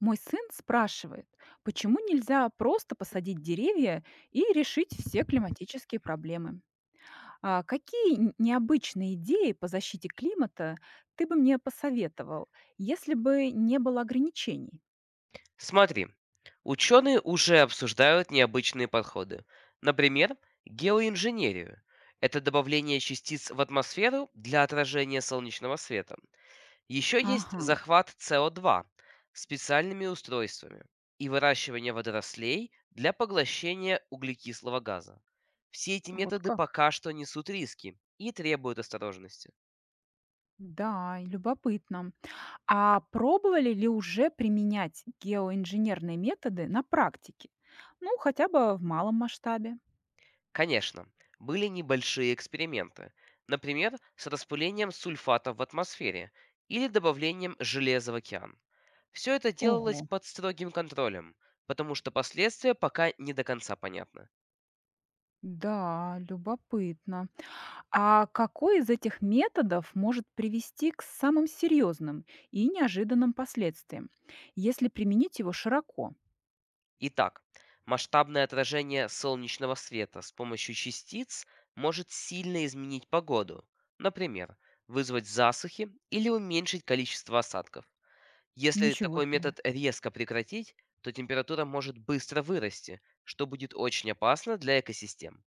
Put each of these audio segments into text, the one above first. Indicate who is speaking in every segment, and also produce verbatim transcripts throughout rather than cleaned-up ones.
Speaker 1: Мой сын спрашивает, почему нельзя просто посадить деревья и решить все климатические проблемы. А какие н- необычные идеи по защите климата ты бы мне посоветовал, если бы не было ограничений?
Speaker 2: Смотри, ученые уже обсуждают необычные подходы. Например, геоинженерию. Это добавление частиц в атмосферу для отражения солнечного света. Еще есть
Speaker 1: Ага,
Speaker 2: захват с о два специальными устройствами и выращивание водорослей для поглощения углекислого газа. Все эти
Speaker 1: вот
Speaker 2: методы
Speaker 1: как.
Speaker 2: пока что несут риски и требуют осторожности.
Speaker 1: Да, и любопытно. А пробовали ли уже применять геоинженерные методы на практике? Ну, хотя бы в малом масштабе.
Speaker 2: Конечно, были небольшие эксперименты, например, с распылением сульфатов в атмосфере или добавлением железа в океан. Все это делалось
Speaker 1: Ого,
Speaker 2: под строгим контролем, потому что последствия пока не до конца понятны.
Speaker 1: да, любопытно. А какой из этих методов может привести к самым серьезным и неожиданным последствиям, если применить его широко?
Speaker 2: Итак, масштабное отражение солнечного света с помощью частиц может сильно изменить погоду, например, вызвать засухи или уменьшить количество осадков. Если
Speaker 1: Ничего
Speaker 2: такой
Speaker 1: себе.
Speaker 2: метод резко прекратить, то температура может быстро вырасти, что будет очень опасно для экосистем.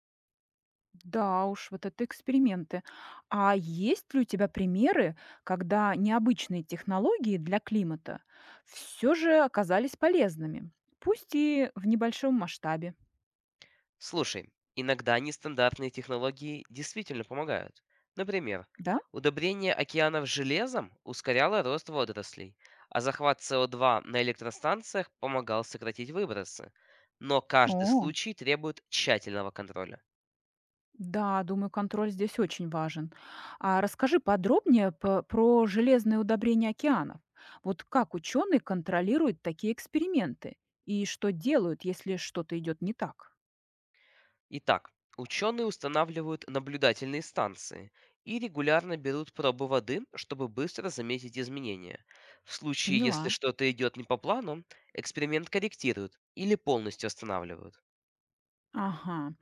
Speaker 1: Да уж, вот это эксперименты. А есть ли у тебя примеры, когда необычные технологии для климата все же оказались полезными, пусть и в небольшом масштабе?
Speaker 2: Слушай, иногда нестандартные технологии действительно помогают. Например,
Speaker 1: Да?
Speaker 2: удобрение океанов железом ускоряло рост водорослей, а захват с о два на электростанциях помогал сократить выбросы. Но каждый
Speaker 1: О.
Speaker 2: случай требует тщательного контроля.
Speaker 1: Да, думаю, контроль здесь очень важен. А расскажи подробнее по- про железные удобрения океанов. Вот как ученые контролируют такие эксперименты и что делают, если что-то идет не так?
Speaker 2: Итак, ученые устанавливают наблюдательные станции и регулярно берут пробы воды, чтобы быстро заметить изменения. В случае, если
Speaker 1: Поняла.
Speaker 2: что-то идет не по плану, эксперимент корректируют или полностью останавливают.
Speaker 1: Ага.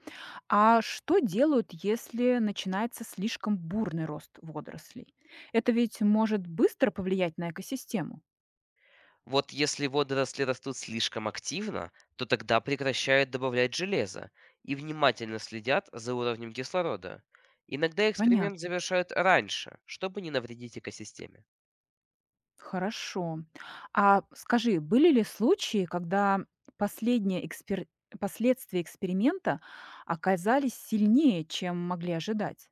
Speaker 1: А что делают, если начинается слишком бурный рост водорослей? Это ведь может быстро повлиять на экосистему.
Speaker 2: Вот если водоросли растут слишком активно, то тогда прекращают добавлять железо и внимательно следят за уровнем кислорода. Иногда эксперимент
Speaker 1: Понятно.
Speaker 2: завершают раньше, чтобы не навредить экосистеме.
Speaker 1: Хорошо. А скажи, были ли случаи, когда последние экспер- последствия эксперимента оказались сильнее, чем могли ожидать?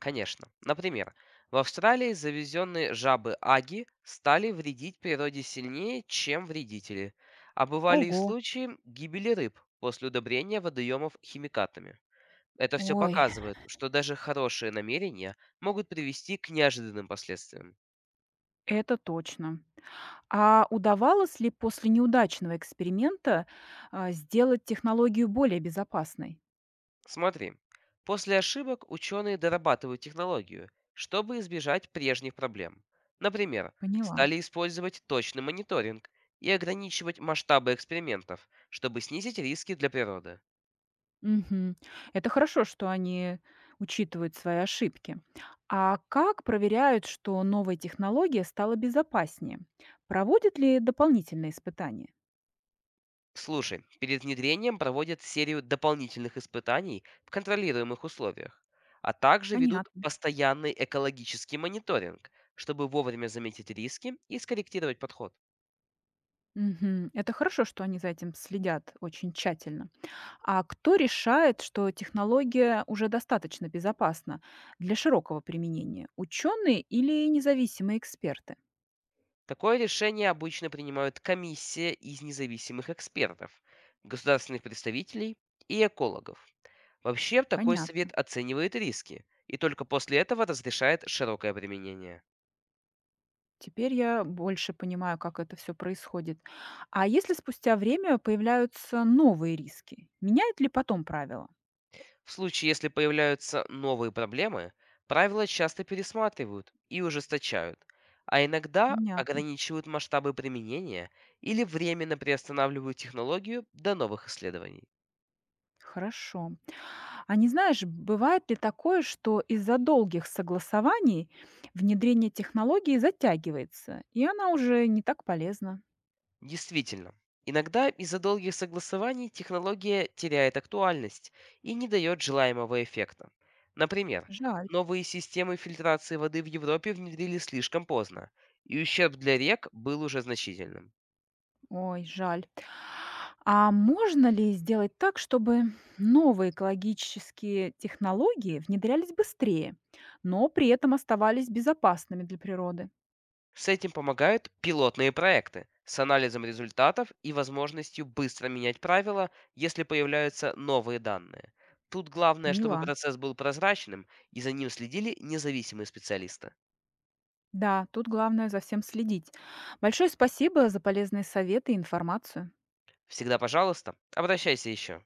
Speaker 2: Конечно. Например, в Австралии завезенные жабы аги стали вредить природе сильнее, чем вредители. А бывали и
Speaker 1: Ого,
Speaker 2: случаи гибели рыб после удобрения водоемов химикатами. Это все
Speaker 1: ой,
Speaker 2: показывает, что даже хорошие намерения могут привести к неожиданным последствиям.
Speaker 1: это точно. А удавалось ли после неудачного эксперимента а, сделать технологию более безопасной?
Speaker 2: Смотри, после ошибок ученые дорабатывают технологию, чтобы избежать прежних проблем. Например,
Speaker 1: Поняла.
Speaker 2: стали использовать точный мониторинг и ограничивать масштабы экспериментов, чтобы снизить риски для природы.
Speaker 1: Мгм. Это хорошо, что они учитывают свои ошибки. А как проверяют, что новая технология стала безопаснее? Проводят ли дополнительные испытания?
Speaker 2: Слушай, перед внедрением проводят серию дополнительных испытаний в контролируемых условиях, а также ведут
Speaker 1: Понятно.
Speaker 2: постоянный экологический мониторинг, чтобы вовремя заметить риски и скорректировать подход.
Speaker 1: Мгм. Это хорошо, что они за этим следят очень тщательно. А кто решает, что технология уже достаточно безопасна для широкого применения? Ученые или независимые эксперты?
Speaker 2: Такое решение обычно принимают комиссия из независимых экспертов, государственных представителей и экологов. Вообще, такой
Speaker 1: Понятно.
Speaker 2: совет оценивает риски и только после этого разрешает широкое применение.
Speaker 1: Теперь я больше понимаю, как это все происходит. А если спустя время появляются новые риски, меняют ли потом правила?
Speaker 2: В случае, если появляются новые проблемы, правила часто пересматривают и ужесточают, а иногда
Speaker 1: Понятно,
Speaker 2: ограничивают масштабы применения или временно приостанавливают технологию до новых исследований.
Speaker 1: хорошо. А не знаешь, бывает ли такое, что из-за долгих согласований внедрение технологии затягивается, и она уже не так полезна?
Speaker 2: Действительно, иногда из-за долгих согласований технология теряет актуальность и не дает желаемого эффекта. Например,
Speaker 1: Жаль.
Speaker 2: новые системы фильтрации воды в Европе внедрили слишком поздно, и ущерб для рек был уже значительным.
Speaker 1: Ой, жаль. А можно ли сделать так, чтобы новые экологические технологии внедрялись быстрее, но при этом оставались безопасными для природы?
Speaker 2: С этим помогают пилотные проекты с анализом результатов и возможностью быстро менять правила, если появляются новые данные. Тут главное, чтобы
Speaker 1: Поняла.
Speaker 2: процесс был прозрачным и за ним следили независимые специалисты.
Speaker 1: Да, тут главное за всем следить. Большое спасибо за полезные советы и информацию.
Speaker 2: Всегда пожалуйста, обращайся еще.